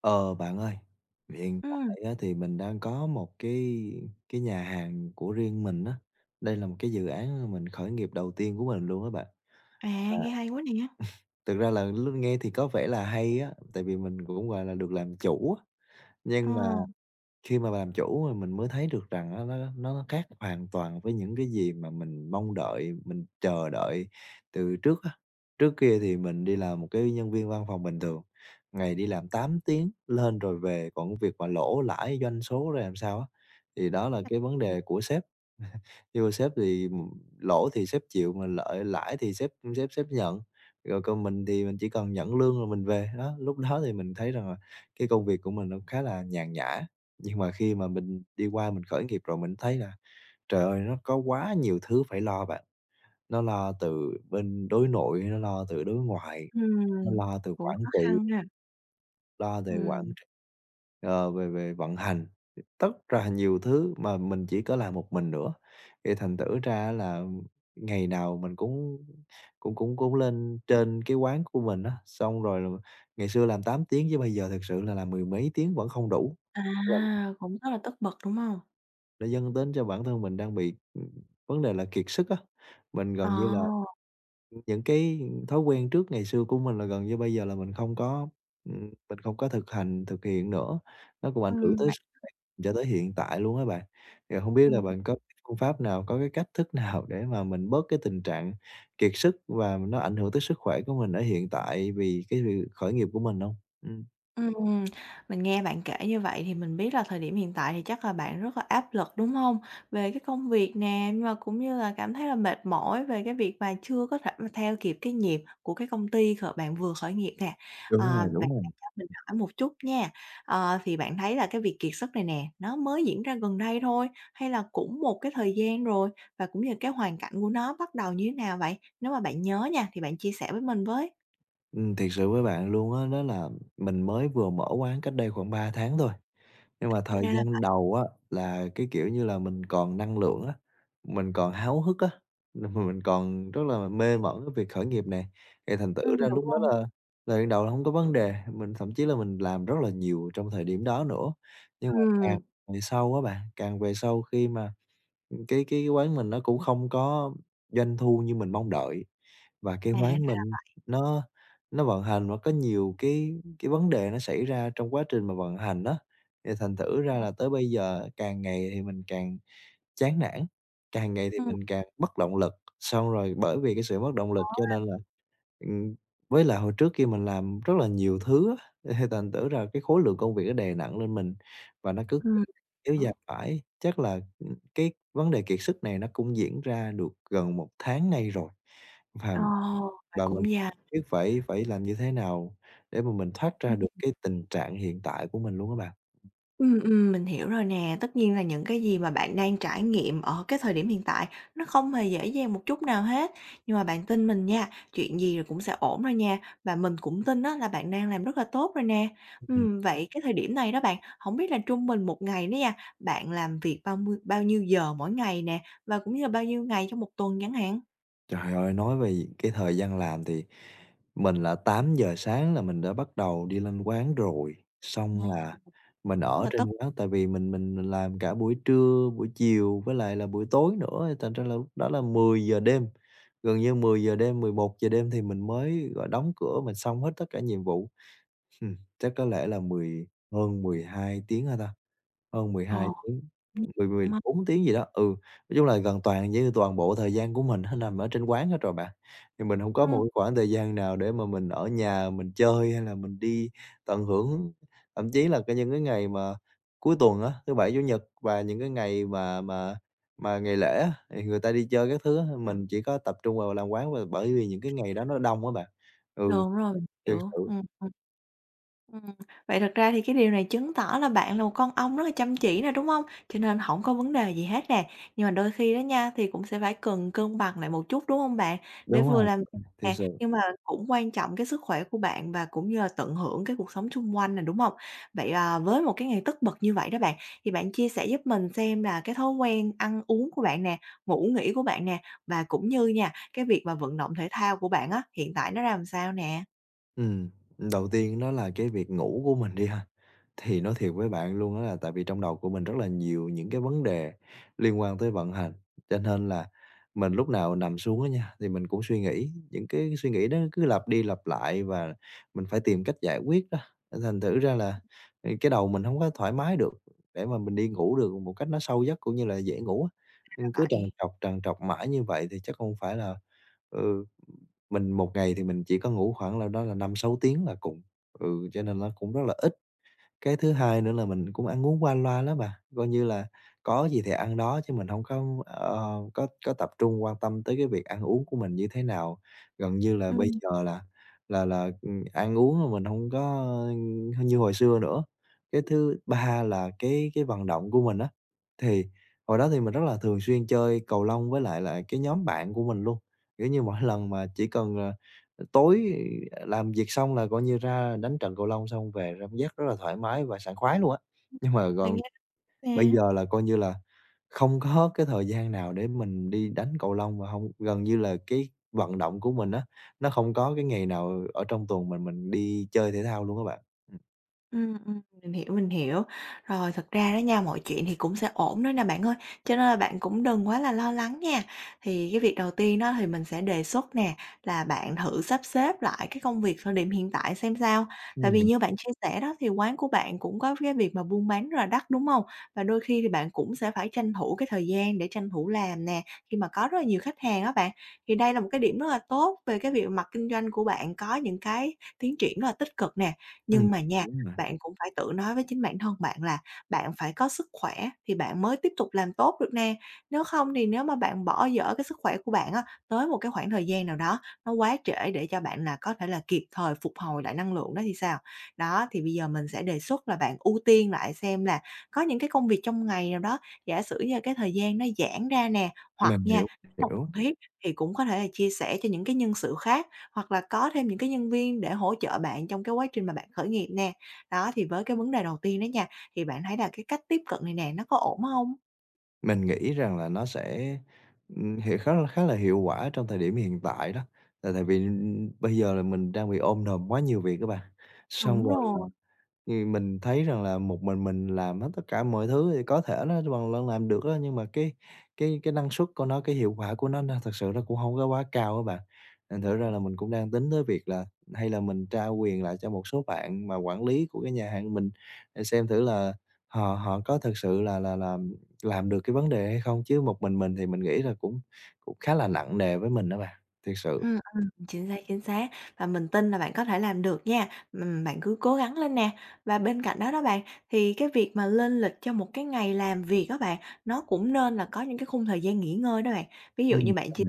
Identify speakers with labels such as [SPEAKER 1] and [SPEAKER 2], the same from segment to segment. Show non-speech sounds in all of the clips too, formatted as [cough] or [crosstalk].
[SPEAKER 1] Ờ, Bạn ơi, hiện
[SPEAKER 2] Ừm,
[SPEAKER 1] tại á thì mình đang có một cái nhà hàng của riêng mình á. Đây là một cái dự án mình khởi nghiệp đầu tiên của mình luôn á bạn.
[SPEAKER 2] à,
[SPEAKER 1] Và
[SPEAKER 2] nghe hay quá nè.
[SPEAKER 1] [laughs] thực ra là lúc nghe thì có vẻ là hay á, tại vì mình cũng, gọi là, được làm chủ á,
[SPEAKER 2] Ờ.
[SPEAKER 1] nhưng mà khi mà làm chủ rồi mình mới thấy được rằng á nó khác hoàn toàn với những cái gì mà mình mong đợi, mình chờ đợi từ trước á. Trước kia thì mình đi làm một cái nhân viên văn phòng bình thường, ngày đi làm 8 tiếng lên rồi về, còn cái việc mà lỗ lãi doanh số ra làm sao á, thì đó là cái vấn đề của
[SPEAKER 2] [laughs] [unintelligible]
[SPEAKER 1] sếp. Nhưng mà sếp thì, lỗ thì sếp chịu mà lợi lãi thì sếp sếp sếp nhận, rồi còn mình thì mình chỉ cần nhận lương rồi mình về. Đó, lúc đó thì mình thấy rằng là cái công việc của mình nó khá là nhàn nhã, nhưng mà khi mà mình đi qua mình khởi nghiệp rồi mình thấy là, trời ơi, nó có quá nhiều thứ phải lo bạn. Nó lo từ bên đối nội, nó lo từ đối ngoại, nó
[SPEAKER 2] Ừm,
[SPEAKER 1] lo từ
[SPEAKER 2] cũng
[SPEAKER 1] quản
[SPEAKER 2] khó
[SPEAKER 1] trị.
[SPEAKER 2] khăn ha.
[SPEAKER 1] Lo về quản
[SPEAKER 2] Ừm,
[SPEAKER 1] tr ờ, về về vận hành, tất là nhiều thứ mà mình chỉ có làm một mình nữa. Thì thành thử ra là ngày nào mình cũng cũng cũng cũng lên trên cái quán của mình á, xong rồi là ngày xưa làm 8 tiếng chứ bây giờ thực sự là làm mười mấy tiếng vẫn không đủ.
[SPEAKER 2] à,
[SPEAKER 1] Và
[SPEAKER 2] cũng rất là tất bật, đúng hông?
[SPEAKER 1] nó dẫn đến cho bản thân mình đang bị, vấn đề là kiệt sức á, mình
[SPEAKER 2] Ờ,
[SPEAKER 1] gần như là những cái thói quen trước ngày xưa của mình là gần như bây giờ là mình không có thực hành, thực hiện nữa, nó cũng ảnh hưởng tới
[SPEAKER 2] vậy
[SPEAKER 1] cho tới hiện tại luôn á bạn. Thì không biết là
[SPEAKER 2] ừm.
[SPEAKER 1] bạn có cái phương pháp nào, có cái cách thức nào để mà mình bớt cái tình trạng kiệt sức và nó ảnh hưởng tới sức khỏe của mình ở hiện tại vì cái việc khởi nghiệp của mình không. Ừm.
[SPEAKER 2] Ừm, mình nghe bạn kể như vậy thì mình biết là thời điểm hiện tại thì chắc là bạn rất là áp lực, đúng không? Về cái công việc nè, nhưng mà cũng như là cảm thấy là mệt mỏi về cái việc mà chưa có thể mà theo kịp cái nhịp của cái công ty bạn vừa khởi nghiệp nè.
[SPEAKER 1] Đúng
[SPEAKER 2] Ờ,
[SPEAKER 1] rồi,
[SPEAKER 2] bạn
[SPEAKER 1] đúng rồi.
[SPEAKER 2] cho mình hỏi một chút nha, ờ, thì bạn thấy là cái việc kiệt sức này nè, nó mới diễn ra gần đây thôi, hay là cũng một cái thời gian rồi? Và cũng như cái hoàn cảnh của nó bắt đầu như thế nào vậy? Nếu mà bạn nhớ nha, thì bạn chia sẻ với mình với.
[SPEAKER 1] Thiệt sự với bạn luôn á, đó là mình mới vừa mở quán cách đây khoảng 3 tháng thôi. Nhưng
[SPEAKER 2] À,
[SPEAKER 1] mà thời
[SPEAKER 2] ra là vậy.
[SPEAKER 1] gian đầu á là, cái kiểu như là, mình còn năng lượng á, mình còn háo hức á, nên mà mình còn rất là mê mẩn cái việc khởi nghiệp này, thì thành thử
[SPEAKER 2] Ừm,
[SPEAKER 1] ra
[SPEAKER 2] đúng
[SPEAKER 1] lúc đó
[SPEAKER 2] rồi.
[SPEAKER 1] là thời gian đầu là không có vấn đề, mình thậm chí là mình làm rất là nhiều trong thời điểm đó nữa. Nhưng mà càng
[SPEAKER 2] Ừm.
[SPEAKER 1] về sau á bạn, càng về sau khi mà cái quán mình nó cũng không có doanh thu như mình mong đợi, và cái
[SPEAKER 2] À, ra
[SPEAKER 1] quán mình
[SPEAKER 2] là
[SPEAKER 1] nó nó vận hành và có nhiều cái vấn đề nó xảy ra trong quá trình mà vận hành á, thì thành thử ra
[SPEAKER 2] vậy.
[SPEAKER 1] là tới bây giờ càng ngày thì mình càng chán nản, càng ngày thì
[SPEAKER 2] Ừm,
[SPEAKER 1] mình càng mất động lực. Xong rồi bởi vì cái sự mất động lực cho nên là Ừm, với lại hồi trước kia mình làm rất là nhiều thứ á, [laughs] thành thử ra cái khối lượng công việc nó đè nặng lên mình và nó cứ
[SPEAKER 2] ừm,
[SPEAKER 1] kéo
[SPEAKER 2] hiểu.
[SPEAKER 1] dài mãi. Chắc là, cái vấn đề kiệt sức này nó cũng diễn ra được gần một tháng nay rồi, và
[SPEAKER 2] Ờ, vậy
[SPEAKER 1] mình
[SPEAKER 2] cũng dài.
[SPEAKER 1] biết phải phải làm như thế nào để mà mình thoát ra được cái tình trạng hiện tại của mình luôn các bạn.
[SPEAKER 2] Mình hiểu rồi nè. Tất nhiên là những cái gì mà bạn đang trải nghiệm ở cái thời điểm hiện tại nó không hề dễ dàng một chút nào hết, nhưng mà bạn tin mình nha, chuyện gì rồi cũng sẽ ổn rồi nha, và mình cũng tin đó là bạn đang làm rất là tốt rồi nè. Vậy cái thời điểm này đó bạn, không biết là trung bình một ngày đó nha, bạn làm việc bao nhiêu giờ mỗi ngày nè, và cũng như là bao nhiêu ngày trong một tuần chẳng hạn?
[SPEAKER 1] Trời ơi, nói về cái thời gian làm thì mình là 8 giờ sáng là mình đã bắt đầu đi lên quán rồi, xong
[SPEAKER 2] Ờ,
[SPEAKER 1] là mình
[SPEAKER 2] rất
[SPEAKER 1] ở
[SPEAKER 2] là tốt.
[SPEAKER 1] trên quán tại vì mình làm cả buổi trưa, buổi chiều với lại là buổi tối nữa, thành ra là lúc đó là 10 giờ đêm, gần như 10 giờ đêm, 11 giờ đêm thì mình mới, gọi, đóng cửa, mình xong hết tất cả nhiệm vụ. Chắc có lẽ là hơn 12 tiếng hả ta? Hơn mười
[SPEAKER 2] Ờ,
[SPEAKER 1] hai tiếng, mười mười
[SPEAKER 2] cũng mong
[SPEAKER 1] bốn tiếng gì đó, ừ. Nói chung là gần như toàn bộ thời gian của mình nó nằm ở trên quán hết rồi bạn. Thì mình hông có một
[SPEAKER 2] ừm.
[SPEAKER 1] cái khoảng thời gian nào để mà mình ở nhà mình chơi hay là mình đi tận hưởng. Thậm chí là cái những cái ngày mà cuối tuần á, thứ Bảy, Chủ nhật và những cái ngày mà ngày lễ á, thì người ta đi chơi các thứ á, mình chỉ có tập trung vào làm quán và bởi vì những cái ngày đó nó đông á bạn. Ừ,
[SPEAKER 2] Đúng rồi, mình
[SPEAKER 1] thiệt
[SPEAKER 2] hiểu.
[SPEAKER 1] sự.
[SPEAKER 2] Ừm. Vậy thật ra thì cái điều này chứng tỏ là bạn là một con ong rất là chăm chỉ nè, đúng không? Cho nên không có vấn đề gì hết nè. Nhưng mà đôi khi đó nha, thì cũng sẽ phải cần cân bằng lại một chút, đúng không bạn? Để
[SPEAKER 1] Đúng
[SPEAKER 2] vừa
[SPEAKER 1] rồi,
[SPEAKER 2] làm
[SPEAKER 1] thiệt
[SPEAKER 2] nè,
[SPEAKER 1] sự.
[SPEAKER 2] nhưng mà cũng quan trọng cái sức khỏe của bạn và cũng như là tận hưởng cái cuộc sống xung quanh nè, đúng không? Vậy, à, với một cái ngày tất bật như vậy đó bạn, thì bạn chia sẻ giúp mình xem là cái thói quen ăn uống của bạn nè, ngủ nghỉ của bạn nè, và cũng như nha, cái việc mà vận động thể thao của bạn á, hiện tại nó ra làm sao nè?
[SPEAKER 1] Ừm, đầu tiên đó là cái việc ngủ của mình đi ha, thì nói thiệt với bạn luôn đó là tại vì trong đầu của mình rất là nhiều những cái vấn đề liên quan tới vận hành, cho nên là mình lúc nào nằm xuống á nha, thì mình cũng suy nghĩ, những cái suy nghĩ đó cứ lặp đi lặp lại và mình phải tìm cách giải quyết đó, thành thử ra là, cái đầu mình không có thoải mái được, để mà mình đi ngủ được một cách nó sâu giấc cũng như là dễ ngủ á. Nên cứ
[SPEAKER 2] Vậy,
[SPEAKER 1] trằn trọc mãi như vậy thì chắc không phải là ừ. Mình một ngày thì mình chỉ có ngủ khoảng là đó là năm sáu tiếng là cùng, cho nên nó cũng rất là ít. Cái thứ hai nữa là mình cũng ăn uống qua loa lắm bà, coi như là có gì thì ăn đó chứ mình không có, có tập trung quan tâm tới cái việc ăn uống của mình như thế nào. Gần như là bây
[SPEAKER 2] ừm,
[SPEAKER 1] giờ ăn uống mà mình không có, như hồi xưa nữa. Cái thứ ba là cái vận động của mình á, thì hồi đó thì mình rất là thường xuyên chơi cầu lông với lại là cái nhóm bạn của mình luôn, kiểu như, mỗi lần mà chỉ cần, tối làm việc xong là coi như ra đánh trận cầu lông xong về cảm giác rất là thoải mái và sảng khoái luôn á. Nhưng mà
[SPEAKER 2] mình
[SPEAKER 1] còn
[SPEAKER 2] nghe
[SPEAKER 1] bây
[SPEAKER 2] nè.
[SPEAKER 1] giờ là coi như là không có cái thời gian nào để mình đi đánh cầu lông và hông gần như là cái vận động của mình á, nó không có cái ngày nào ở trong tuần mình đi chơi thể thao luôn á bạn. Ừm.
[SPEAKER 2] Mình hiểu, mình hiểu. Rồi, thật ra đó nha, mọi chuyện thì cũng sẽ ổn đấy nè bạn ơi, cho nên là bạn cũng đừng quá là lo lắng nha. Thì cái việc đầu tiên đó thì mình sẽ đề xuất nè, là bạn thử sắp xếp lại cái công việc thời điểm hiện tại xem sao. Tại
[SPEAKER 1] Ừm.
[SPEAKER 2] vì
[SPEAKER 1] nh
[SPEAKER 2] như bạn chia sẻ đó thì quán của bạn cũng có cái việc mà buôn bán rất là đắt, đúng không? Và đôi khi thì bạn cũng sẽ phải tranh thủ cái thời gian để tranh thủ làm nè, khi mà có rất là nhiều khách hàng đó bạn. Thì đây là một cái điểm rất là tốt về cái việc mặt kinh doanh của bạn có những cái tiến triển rất là tích cực nè.
[SPEAKER 1] Ừm,
[SPEAKER 2] Nhưng mà nha,
[SPEAKER 1] đúng rồi,
[SPEAKER 2] bạn cũng phải tự nói với chính bản thân bạn là bạn phải có sức khỏe thì bạn mới tiếp tục làm tốt được nè. Nếu không thì nếu mà bạn bỏ dở cái sức khỏe của bạn á, tới một cái khoảng thời gian nào đó nó quá trễ để cho bạn là có thể là kịp thời phục hồi lại năng lượng đó thì sao? Đó, thì bây giờ mình sẽ đề xuất là bạn ưu tiên lại xem là có những cái công việc trong ngày nào đó, giả sử như cái thời gian nó giãn ra nè, hoặc
[SPEAKER 1] mình
[SPEAKER 2] nha,
[SPEAKER 1] hiểu,
[SPEAKER 2] nếu mà
[SPEAKER 1] hiểu.
[SPEAKER 2] cần thiết thì cũng có thể là chia sẻ cho những cái nhân sự khác, hoặc là có thêm những cái nhân viên để hỗ trợ bạn trong cái quá trình mà bạn khởi nghiệp nè. Đó, thì với cái vấn đề đầu tiên đó nha, thì bạn thấy là cái cách tiếp cận này nè, nó có ổn hông?
[SPEAKER 1] Mình nghĩ rằng là nó sẽ, khá là hiệu quả trong thời điểm hiện tại đó, là tại vì, bây giờ là mình đang bị ôm đồm quá nhiều việc các bạn. Xong
[SPEAKER 2] Đúng
[SPEAKER 1] rồi
[SPEAKER 2] rồi.
[SPEAKER 1] thì mình thấy rằng là một mình làm hết tất cả mọi thứ thì có thể nó bằng lần làm được đó nhưng mà cái năng suất của nó, cái hiệu quả của nó thật sự nó cũng không có quá cao á bạn. Thành thử ra là mình cũng đang tính tới việc là hay là mình trao quyền lại cho một số bạn mà quản lý của cái nhà hàng mình để xem thử là họ họ có thực sự là làm được cái vấn đề hay không, chứ một mình thì mình nghĩ là cũng cũng khá là nặng nề với mình đó bạn, thiệt sự.
[SPEAKER 2] Chính xác, chính xác. Và mình tin là bạn có thể làm được nha, bạn cứ cố gắng lên nè. Và bên cạnh đó đó bạn, thì cái việc mà lên lịch cho một cái ngày làm việc á bạn, nó cũng nên là có những cái khung thời gian nghỉ ngơi đó bạn. Ví dụ như
[SPEAKER 1] Ừm,
[SPEAKER 2] bạn chia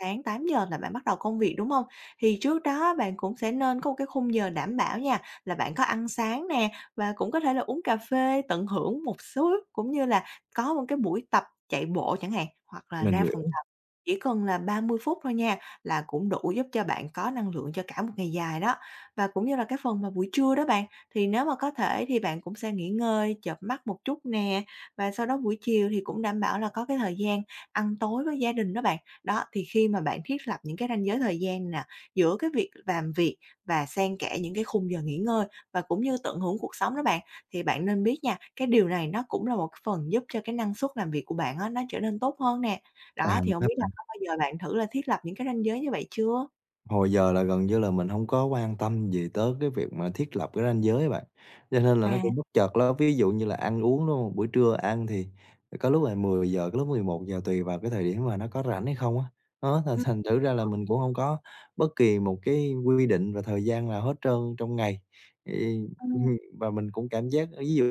[SPEAKER 2] sáng 8 giờ là bạn bắt đầu công việc, đúng không? Thì trước đó bạn cũng sẽ nên có một cái khung giờ đảm bảo nha, là bạn có ăn sáng nè, và cũng có thể là uống cà phê, tận hưởng một số cũng như là có một cái buổi tập chạy bộ chẳng hạn, hoặc là
[SPEAKER 1] mình
[SPEAKER 2] ra
[SPEAKER 1] hiểu.
[SPEAKER 2] phòng tập. Chỉ cần là 30 phút thôi nha, là cũng đủ giúp cho bạn có năng lượng cho cả một ngày dài đó. Và cũng như là cái phần mà buổi trưa đó bạn, thì nếu mà có thể thì bạn cũng sẽ nghỉ ngơi, chợp mắt một chút nè, và sau đó buổi chiều thì cũng đảm bảo là có cái thời gian ăn tối với gia đình đó bạn. Đó, thì khi mà bạn thiết lập những cái ranh giới thời gian nè, giữa cái việc làm việc và xen kẽ những cái khung giờ nghỉ ngơi và cũng như tận hưởng cuộc sống đó bạn, thì bạn nên biết nha, cái điều này nó cũng là một cái phần giúp cho cái năng suất làm việc của bạn á, nó trở nên tốt hơn nè. Đó,
[SPEAKER 1] À,
[SPEAKER 2] thì không biết là có bao giờ bạn thử là thiết lập những cái ranh giới như vậy chưa?
[SPEAKER 1] hồi giờ là gần như là mình hông có quan tâm gì tới cái việc mà thiết lập cái ranh giới á bạn, cho nên là nó
[SPEAKER 2] À,
[SPEAKER 1] cũng bất chợt lắm. Ví dụ như là ăn uống, đúng hông? Buổi trưa ăn thì có lúc là 10 giờ, có lúc 11 giờ tùy vào cái thời điểm mà nó có rảnh hay không á. Đó, [laughs] thành thành thử ra là mình cũng hông có bất kỳ một cái quy định về thời gian nào hết trơn trong ngày. Thì [laughs]
[SPEAKER 2] ừm.
[SPEAKER 1] và mình cũng cảm giác ví dụ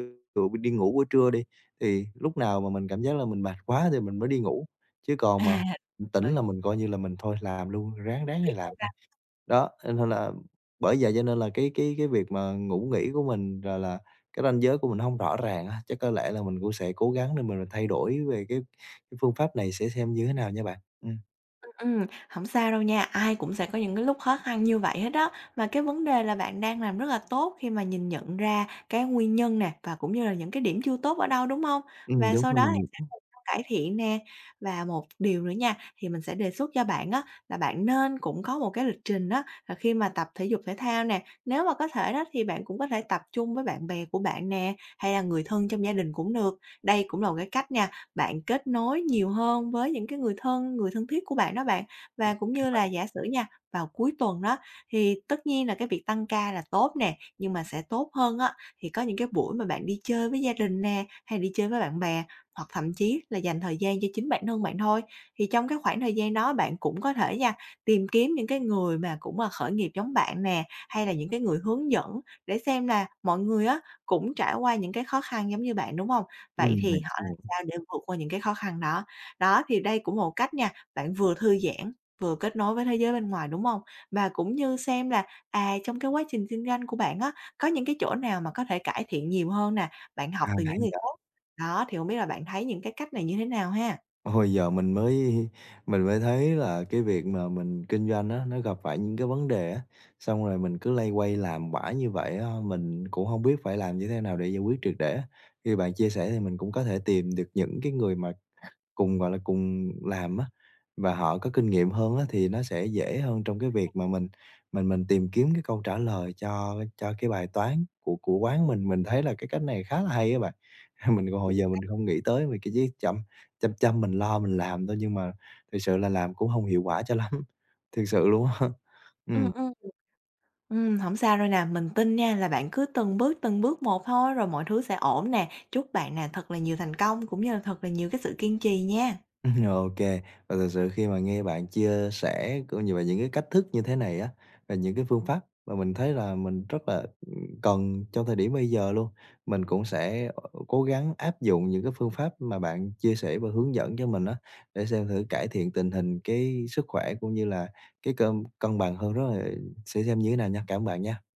[SPEAKER 1] đi ngủ buổi trưa đi, thì lúc nào mà mình cảm giác là mình mệt quá thì mình mới đi ngủ, chứ còn mà
[SPEAKER 2] À,
[SPEAKER 1] tỉnh
[SPEAKER 2] rồi,
[SPEAKER 1] là mình coi như là mình thôi làm luôn, ráng ráng
[SPEAKER 2] tiếc
[SPEAKER 1] là làm. Đó, nên là bởi vậy cho nên là cái việc mà ngủ nghỉ của mình rồi là cái ranh giới của mình hông rõ ràng á, chắc có lẽ là mình cũng sẽ cố gắng để mình thay đổi về cái phương pháp này sẽ xem như thế nào nha bạn.
[SPEAKER 2] Hổng sao đâu nha, ai cũng sẽ có những cái lúc khó khăn như vậy hết á. Mà cái vấn đề là bạn đang làm rất là tốt khi mà nhìn nhận ra cái nguyên nhân nè, và cũng như là những cái điểm chưa tốt ở đâu, đúng không? Và
[SPEAKER 1] Đúng
[SPEAKER 2] sau
[SPEAKER 1] rồi,
[SPEAKER 2] đó
[SPEAKER 1] mình
[SPEAKER 2] cải thiện nè. Và một điều nữa nha, thì mình sẽ đề xuất cho bạn á, là bạn nên cũng có một cái lịch trình đó là khi mà tập thể dục thể thao nè, nếu mà có thể đó thì bạn cũng có thể tập chung với bạn bè của bạn nè, hay là người thân trong gia đình cũng được. Đây cũng là một cái cách nha, bạn kết nối nhiều hơn với những cái người thân thiết của bạn đó bạn. Và cũng như là giả sử nha, vào cuối tuần đó thì tất nhiên là cái việc tăng ca là tốt nè, nhưng mà sẽ tốt hơn á, thì có những cái buổi mà bạn đi chơi với gia đình nè, hay đi chơi với bạn bè hoặc thậm chí là dành thời gian cho chính bản thân bạn thôi. Thì trong cái khoảng thời gian đó bạn cũng có thể nha, tìm kiếm những cái người mà cũng là khởi nghiệp giống bạn nè, hay là những cái người hướng dẫn để xem là mọi người á cũng trải qua những cái khó khăn giống như bạn, đúng không? Vậy
[SPEAKER 1] ừm,
[SPEAKER 2] thì
[SPEAKER 1] [unintelligible]
[SPEAKER 2] họ làm sao để vượt qua những cái khó khăn đó. Đó, thì đây cũng một cách nha, bạn vừa thư giãn, vừa kết nối với thế giới bên ngoài, đúng không? Và cũng như xem là, à, trong cái quá trình kinh doanh của bạn á, có những cái chỗ nào mà có thể cải thiện nhiều hơn nè, bạn học
[SPEAKER 1] à,
[SPEAKER 2] từ những
[SPEAKER 1] hay
[SPEAKER 2] người
[SPEAKER 1] vậy.
[SPEAKER 2] khác. Đó, thì không biết là bạn thấy những cái cách này như thế nào ha?
[SPEAKER 1] Ôi, giờ mình mới thấy là cái việc mà mình kinh doanh á, nó gặp phải những cái vấn đề á, xong rồi mình cứ loay hoay làm mãi như vậy á, mình cũng hông biết phải làm như thế nào để giải quyết triệt để á. Khi bạn chia sẻ thì mình cũng có thể tìm được những cái người mà cùng, gọi là, cùng làm á, và họ có kinh nghiệm hơn á, thì nó sẽ dễ hơn trong cái việc mà mình tìm kiếm cái câu trả lời cho cái bài toán của quán mình. Mình thấy là cái cách này khá là hay á bạn. [laughs] Mình còn hồi
[SPEAKER 2] Chính
[SPEAKER 1] giờ mình không nghĩ tới về cái chứ chăm chăm chăm mình lo mình làm thôi, nhưng mà thực sự là làm cũng không hiệu quả cho lắm, [laughs] thực sự luôn á. [laughs] Ừm.
[SPEAKER 2] ừm, ừm. Hổng sao đâu nè, mình tin nha là bạn cứ từng bước một thôi rồi mọi thứ sẽ ổn nè. Chúc bạn nè thật là nhiều thành công cũng như là thật là nhiều cái sự kiên trì nha.
[SPEAKER 1] [laughs] OK. Và thực sự khi mà nghe bạn chia sẻ cũng như là những cái cách thức như thế này á, và những cái phương pháp mà mình thấy là mình rất là, cần trong thời điểm bây giờ luôn. Mình cũng sẽ, cố gắng áp dụng những cái phương pháp mà bạn chia sẻ và hướng dẫn cho mình á, để xem thử cải thiện tình hình cái sức khỏe cũng như là cái cân cân bằng hơn rất là sẽ xem như thế nào nha. Cảm ơn bạn nha.